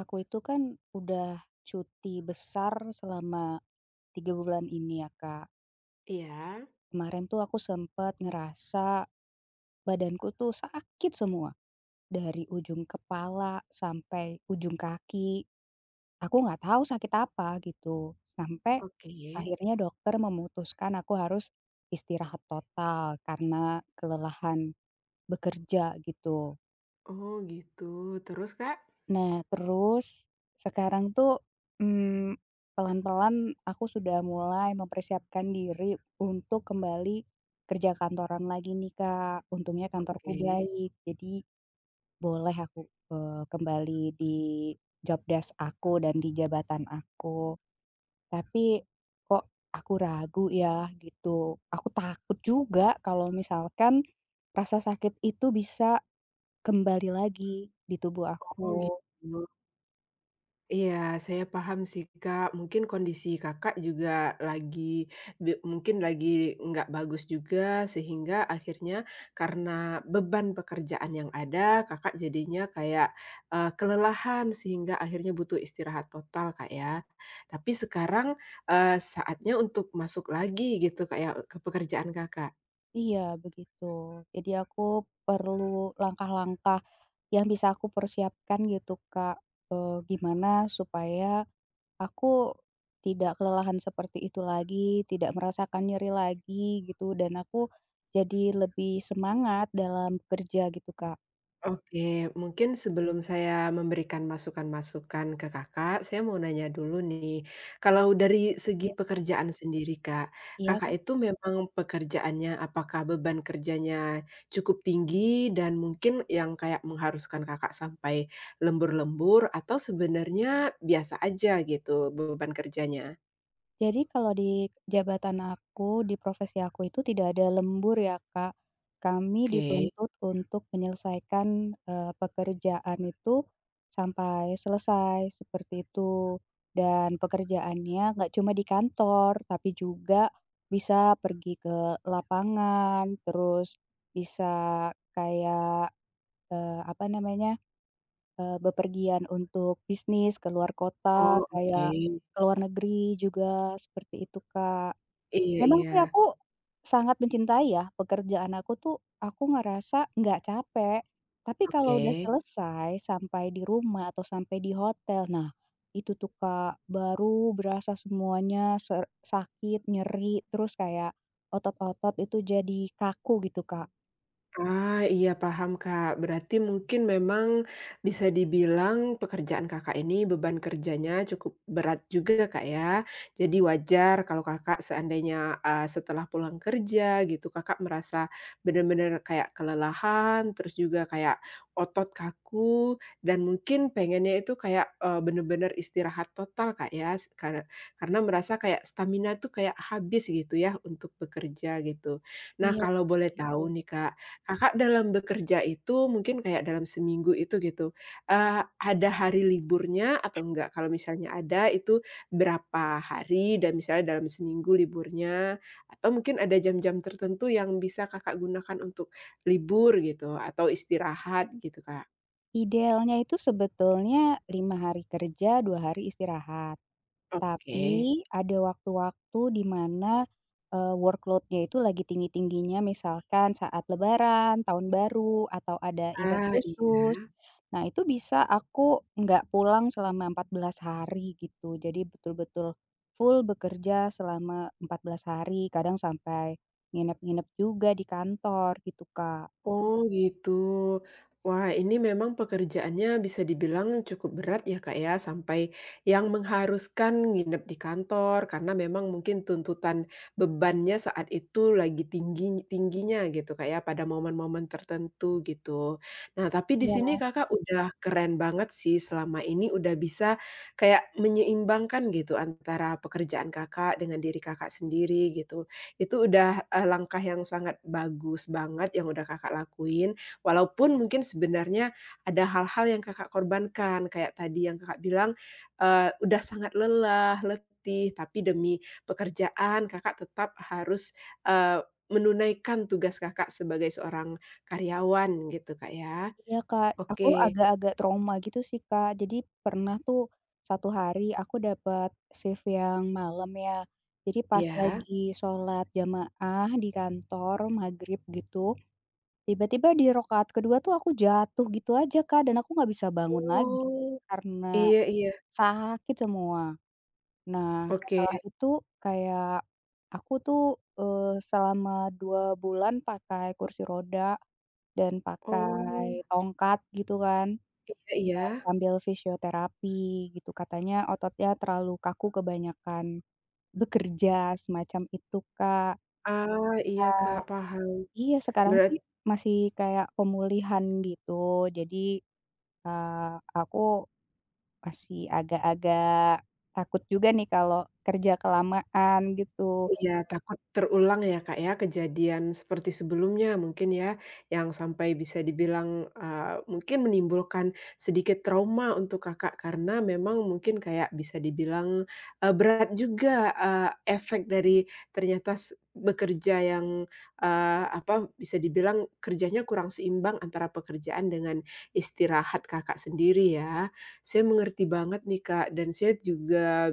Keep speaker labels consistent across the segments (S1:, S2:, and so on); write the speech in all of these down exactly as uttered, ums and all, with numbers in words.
S1: Aku itu kan udah cuti besar selama tiga bulan ini ya, Kak.
S2: Iya,
S1: Kemarin tuh aku sempet ngerasa badanku tuh sakit semua, dari ujung kepala sampai ujung kaki. Aku nggak tahu sakit apa gitu, sampai
S2: oke.
S1: akhirnya dokter memutuskan aku harus istirahat total karena kelelahan bekerja gitu.
S2: Oh gitu, terus Kak?
S1: Nah, terus sekarang tuh, mmm, pelan-pelan aku sudah mulai mempersiapkan diri untuk kembali kerja kantoran lagi nih, Kak. Untungnya kantorku
S2: Oke.
S1: baik, jadi boleh aku, eee, kembali di job desk aku dan di jabatan aku. Tapi kok aku ragu ya gitu. Aku takut juga kalau misalkan rasa sakit itu bisa kembali lagi di tubuh
S2: Oh
S1: aku.
S2: gitu. Iya, saya paham sih Kak, mungkin kondisi Kakak juga lagi be mungkin lagi nggak bagus juga, sehingga akhirnya karena beban pekerjaan yang ada, Kakak jadinya kayak, eee, kelelahan sehingga akhirnya butuh istirahat total Kak ya. Tapi sekarang, eee, saatnya untuk masuk lagi gitu Kak ya, ke pekerjaan Kakak?
S1: Iya, begitu. Jadi aku perlu langkah-langkah yang bisa aku persiapkan gitu, Kak, eee, gimana supaya aku tidak kelelahan seperti itu lagi, tidak merasakan nyeri lagi gitu, dan aku jadi lebih semangat dalam bekerja gitu, Kak.
S2: Oke, mungkin sebelum saya memberikan masukan-masukan ke Kakak, saya mau nanya dulu nih. Kalau dari segi
S1: Iya, Kak.
S2: pekerjaan sendiri, Kak,
S1: Iya,
S2: Kakak
S1: Kak?
S2: itu memang pekerjaannya apakah beban kerjanya cukup tinggi dan mungkin yang kayak mengharuskan Kakak sampai lembur-lembur atau sebenarnya biasa aja gitu beban kerjanya?
S1: Jadi kalau di jabatan aku, di profesi aku itu tidak ada lembur ya, Kak. Kami
S2: Oke.
S1: dituntut untuk menyelesaikan, eee, pekerjaan itu sampai selesai, seperti itu. Dan pekerjaannya nggak cuma di kantor, tapi juga bisa pergi ke lapangan, terus bisa kayak, eee, apa namanya, Eee, bepergian untuk bisnis ke luar kota,
S2: Oh, oke.
S1: kayak ke luar negeri juga, seperti itu, Kak.
S2: Iya
S1: Memang
S2: iya.
S1: sih aku sangat mencintai ya pekerjaan aku tuh, aku ngerasa nggak capek, tapi kalau udah
S2: Oke.
S1: selesai sampai di rumah atau sampai di hotel, nah itu tuh, Kak, baru berasa semuanya ser sakit, nyeri, terus kayak otot-otot itu jadi kaku gitu, Kak.
S2: Ah, iya paham Kak. Berarti mungkin memang bisa dibilang pekerjaan Kakak ini beban kerjanya cukup berat juga Kak ya. Jadi wajar kalau Kakak seandainya, eee, setelah pulang kerja gitu Kakak merasa benar-benar kayak kelelahan, terus juga kayak otot kaku dan mungkin pengennya itu kayak, eee, benar bener istirahat total Kak ya, s kare karena merasa kayak stamina tuh kayak habis gitu ya untuk bekerja gitu. Nah,
S1: Iya,
S2: kalau boleh
S1: seperti
S2: tahu nih
S1: itu.
S2: Kak, Kakak dalam bekerja itu mungkin kayak dalam seminggu itu gitu, eee, ada hari liburnya atau enggak? Kalau misalnya ada itu berapa hari dan misalnya dalam seminggu liburnya, atau mungkin ada jam-jam tertentu yang bisa Kakak gunakan untuk libur gitu atau istirahat gitu, Kak?
S1: Idealnya itu sebetulnya lima hari kerja, dua hari istirahat.
S2: Oke.
S1: Tapi ada waktu-waktu di mana, eee, workload-nya itu lagi tinggi-tingginya misalkan saat lebaran, tahun baru, atau ada event
S2: Ah, iya.
S1: khusus. Nah itu bisa aku nggak pulang selama empat belas hari gitu. Jadi betul-betul full bekerja selama empat belas hari, kadang sampai nginep-nginep juga di kantor gitu, Kak.
S2: Oh gitu. Wah, ini memang pekerjaannya bisa dibilang cukup berat ya, Kak, ya, sampai yang mengharuskan nginep di kantor karena memang mungkin tuntutan bebannya saat itu lagi tinggi tingginya gitu, Kak, ya, pada momen-momen tertentu gitu. Nah, tapi di sini
S1: Iya.
S2: Kakak udah keren banget sih selama ini udah bisa kayak menyeimbangkan gitu antara pekerjaan Kakak dengan diri Kakak sendiri gitu. Itu udah, eee, langkah yang sangat bagus banget yang udah Kakak lakuin, walaupun mungkin sebenarnya ada hal-hal yang Kakak korbankan, kayak tadi yang Kakak bilang, eee, udah sangat lelah, letih, tapi demi pekerjaan Kakak tetap harus, eee, menunaikan tugas Kakak sebagai seorang karyawan gitu, Kak, ya.
S1: Iya, Kak, aku
S2: Oke,
S1: agak-agak trauma gitu sih, Kak. Jadi pernah tuh satu hari aku dapat shift yang malam ya. Jadi pas
S2: ya.
S1: lagi sholat jamaah di kantor maghrib gitu, tiba-tiba di rakaat kedua tuh aku jatuh gitu aja, Kak, dan aku nggak bisa bangun lagi
S2: Oh,
S1: karena
S2: iya iya,
S1: sakit semua. Nah,
S2: oke.
S1: setelah itu kayak aku tuh, eee, selama dua bulan pakai kursi roda dan
S2: Oh,
S1: pakai tongkat gitu kan.
S2: iya iya.
S1: Sambil fisioterapi gitu katanya ototnya terlalu kaku kebanyakan bekerja semacam itu, Kak.
S2: Ah, iya,
S1: Nah.
S2: Kak, paham.
S1: Iya sekarang sih
S2: berarti
S1: masih kayak pemulihan gitu jadi, eee, aku masih agak-agak takut juga nih kalau kerja kelamaan gitu.
S2: Iya, takut terulang ya, Kak, ya, kejadian seperti sebelumnya mungkin ya, yang sampai bisa dibilang, eee, mungkin menimbulkan sedikit trauma untuk Kakak karena memang mungkin kayak bisa dibilang, eee, berat juga, eee, efek dari ternyata s bekerja yang, eee, apa, bisa dibilang kerjanya kurang seimbang antara pekerjaan dengan istirahat Kakak sendiri ya. Saya mengerti banget nih, Kak, dan saya juga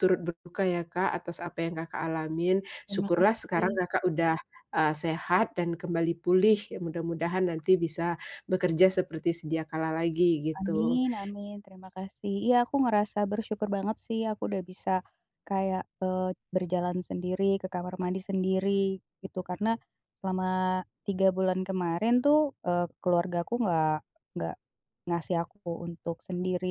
S2: turut berduka ya, Kak, atas apa yang Kakak alamin.
S1: Terima
S2: Syukurlah sekarang
S1: kasih.
S2: Kakak udah, eee, sehat dan kembali pulih, ya mudah-mudahan nanti bisa bekerja seperti sedia kala lagi gitu.
S1: Amin amin, terima kasih. Iya, aku ngerasa bersyukur banget sih aku udah bisa kayak, eee, berjalan sendiri, ke kamar mandi sendiri, gitu. Karena selama tiga bulan kemarin tuh, eh, keluarga aku nggak nggak ngasih aku untuk sendiri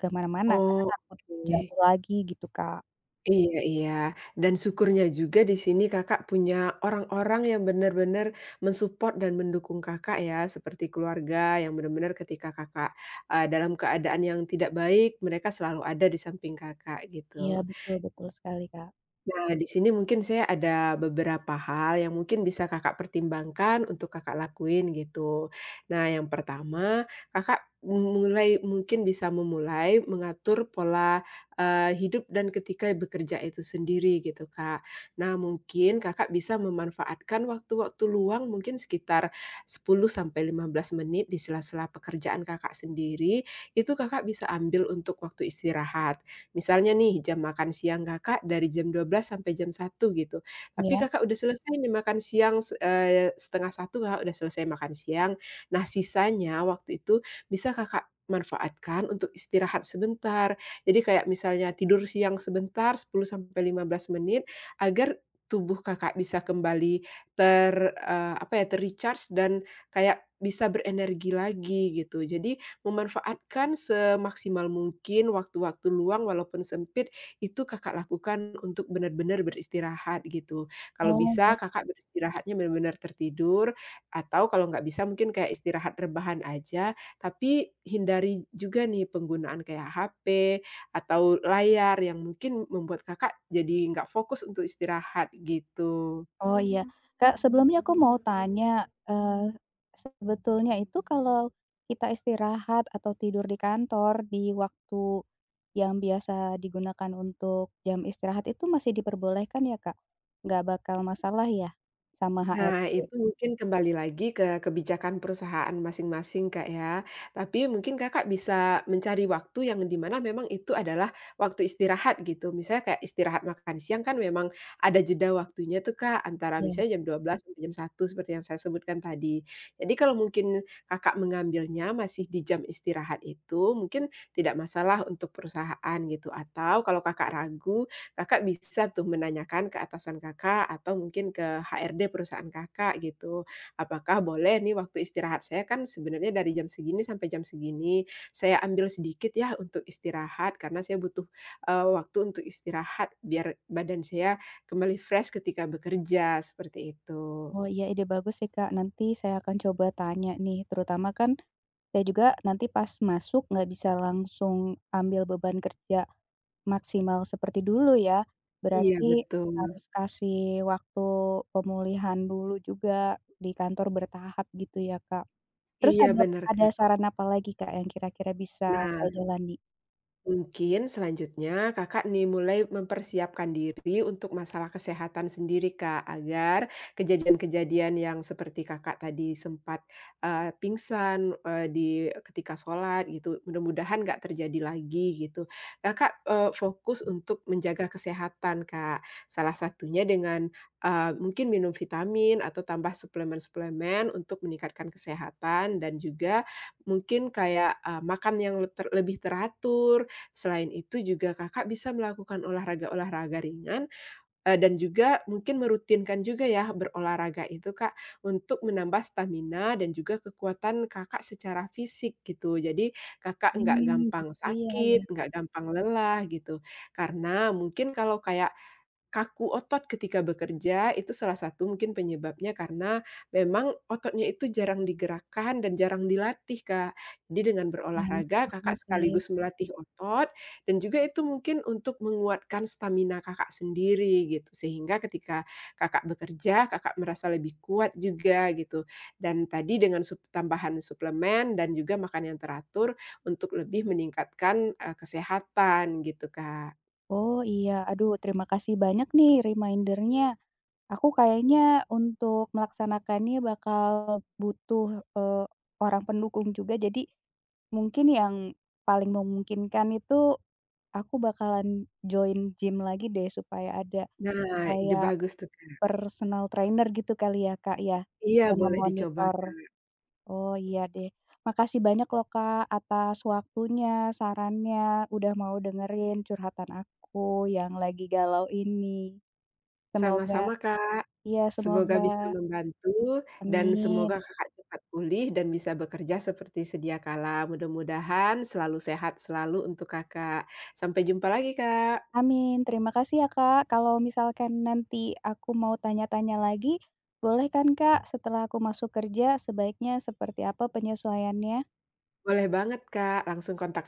S1: kemana mana karena
S2: Oh,
S1: takut
S2: oke.
S1: jatuh lagi gitu, Kak.
S2: Iya iya, dan syukurnya juga di sini Kakak punya orang-orang yang benar-benar mensupport dan mendukung Kakak ya, seperti keluarga yang benar-benar ketika Kakak, eee, dalam keadaan yang tidak baik, mereka selalu ada di samping Kakak
S1: Iya,
S2: gitu.
S1: betul betul sekali, Kak.
S2: Nah, di sini mungkin saya ada beberapa hal yang mungkin bisa Kakak pertimbangkan untuk Kakak lakuin gitu. Nah, yang pertama, Kakak mulai mungkin bisa memulai mengatur pola, eee, hidup dan ketika bekerja itu sendiri gitu, Kak. Nah, mungkin Kakak bisa memanfaatkan waktu-waktu luang mungkin sekitar sepuluh sampai lima belas menit di sela-sela pekerjaan Kakak sendiri, itu Kakak bisa ambil untuk waktu istirahat. Misalnya nih jam makan siang Kakak dari jam dua belas sampai jam satu gitu, tapi
S1: Ya.
S2: Kakak udah selesai nih makan siang se eee, dua belas tiga puluh Kakak udah selesai makan siang. Nah sisanya waktu itu bisa Kakak manfaatkan untuk istirahat sebentar. Jadi kayak misalnya tidur siang sebentar sepuluh sampai lima belas menit agar tubuh Kakak bisa kembali ter eee, apa ya, ter dan kayak bisa berenergi lagi gitu. Jadi memanfaatkan semaksimal mungkin waktu-waktu luang walaupun sempit, itu Kakak lakukan untuk benar-benar beristirahat gitu. Kalau
S1: Oh, iya.
S2: bisa Kakak beristirahatnya benar-benar tertidur, atau kalau nggak bisa mungkin kayak istirahat rebahan aja, tapi hindari juga nih penggunaan kayak H P atau layar yang mungkin membuat Kakak jadi nggak fokus untuk istirahat gitu.
S1: Oh iya. Kak, sebelumnya aku mau tanya, eee, sebetulnya itu kalau kita istirahat atau tidur di kantor di waktu yang biasa digunakan untuk jam istirahat itu masih diperbolehkan ya, Kak? Nggak bakal masalah ya sama
S2: Nah,
S1: H R D?
S2: itu mungkin kembali lagi ke kebijakan perusahaan masing-masing, Kak, ya. Tapi mungkin Kakak bisa mencari waktu yang di mana memang itu adalah waktu istirahat gitu. Misalnya kayak istirahat makan siang kan memang ada jeda waktunya tuh, Kak, antara
S1: Iya.
S2: misalnya jam dua belas sampai jam satu seperti yang saya sebutkan tadi. Jadi kalau mungkin Kakak mengambilnya masih di jam istirahat itu, mungkin tidak masalah untuk perusahaan gitu. Atau kalau Kakak ragu Kakak bisa tuh menanyakan ke atasan Kakak atau mungkin ke H R D perusahaan Kakak gitu, "Apakah boleh nih waktu istirahat saya kan sebenarnya dari jam segini sampai jam segini, saya ambil sedikit ya untuk istirahat karena saya butuh, eee, waktu untuk istirahat biar badan saya kembali fresh ketika bekerja," seperti itu.
S1: Oh iya, ide bagus sih, Kak. Nanti saya akan coba tanya nih, terutama kan saya juga nanti pas masuk nggak bisa langsung ambil beban kerja maksimal seperti dulu ya,
S2: Iya
S1: berarti
S2: betul.
S1: harus kasih waktu pemulihan dulu juga di kantor bertahap gitu ya, Kak. Terus
S2: Iya
S1: ada
S2: benar
S1: ada
S2: Kak.
S1: saran apa lagi, Kak, yang kira-kira bisa saya
S2: Nah,
S1: jalani?
S2: mungkin selanjutnya Kakak nih mulai mempersiapkan diri untuk masalah kesehatan sendiri, Kak, agar kejadian-kejadian yang seperti Kakak tadi sempat, eee, pingsan, eee, di ketika sholat gitu, mudah-mudahan nggak terjadi lagi gitu. Kakak, eee, fokus untuk menjaga kesehatan, Kak. Salah satunya dengan, eee, mungkin minum vitamin atau tambah suplemen-suplemen untuk meningkatkan kesehatan dan juga mungkin kayak, eee, makan yang le ter lebih teratur, selain itu juga Kakak bisa melakukan olahraga-olahraga ringan, eee, dan juga mungkin merutinkan juga ya berolahraga itu Kak, untuk menambah stamina dan juga kekuatan Kakak secara fisik gitu. Jadi Kakak nggak
S1: Mmm,
S2: gampang
S1: gitu ya ya,
S2: sakit, nggak gampang lelah gitu. Karena mungkin kalau kayak kaku otot ketika bekerja itu salah satu mungkin penyebabnya karena memang ototnya itu jarang digerakkan dan jarang dilatih, Kak. Jadi dengan
S1: ya masuk
S2: berolahraga
S1: akal
S2: Kakak
S1: sih.
S2: sekaligus melatih otot dan juga itu mungkin untuk menguatkan stamina Kakak sendiri gitu, sehingga ketika Kakak bekerja, Kakak merasa lebih kuat juga gitu. Dan tadi dengan sup tambahan suplemen dan juga makan yang teratur untuk lebih meningkatkan, eee, kesehatan gitu, Kak.
S1: Oh iya, aduh terima kasih banyak nih reminder-nya. Aku kayaknya untuk melaksanakannya bakal butuh, eee, orang pendukung juga, jadi mungkin yang paling memungkinkan itu aku bakalan join gym lagi deh supaya ada
S2: Nah, ide
S1: kayak
S2: bagus tuh, Kak.
S1: personal trainer gitu kali ya, Kak, ya?
S2: Iya,
S1: Yang
S2: boleh dicoba.
S1: memonitor. Oh, iya deh. Makasih banyak loh, Kak, atas waktunya, sarannya, udah mau dengerin curhatan aku yang lagi galau ini. Semoga
S2: Sama-sama, Kak.
S1: iya
S2: Semoga
S1: semoga.
S2: bisa membantu dan semoga
S1: Amin.
S2: Kakak cepat pulih dan bisa bekerja seperti sedia kala. Mudah-mudahan selalu sehat selalu untuk Kakak. Sampai jumpa lagi, Kak.
S1: Amin, terima kasih ya Kak. Kalau misalkan nanti aku mau tanya-tanya lagi, boleh kan Kak setelah aku masuk kerja sebaiknya seperti apa penyesuaiannya?
S2: Boleh banget, Kak, langsung kontak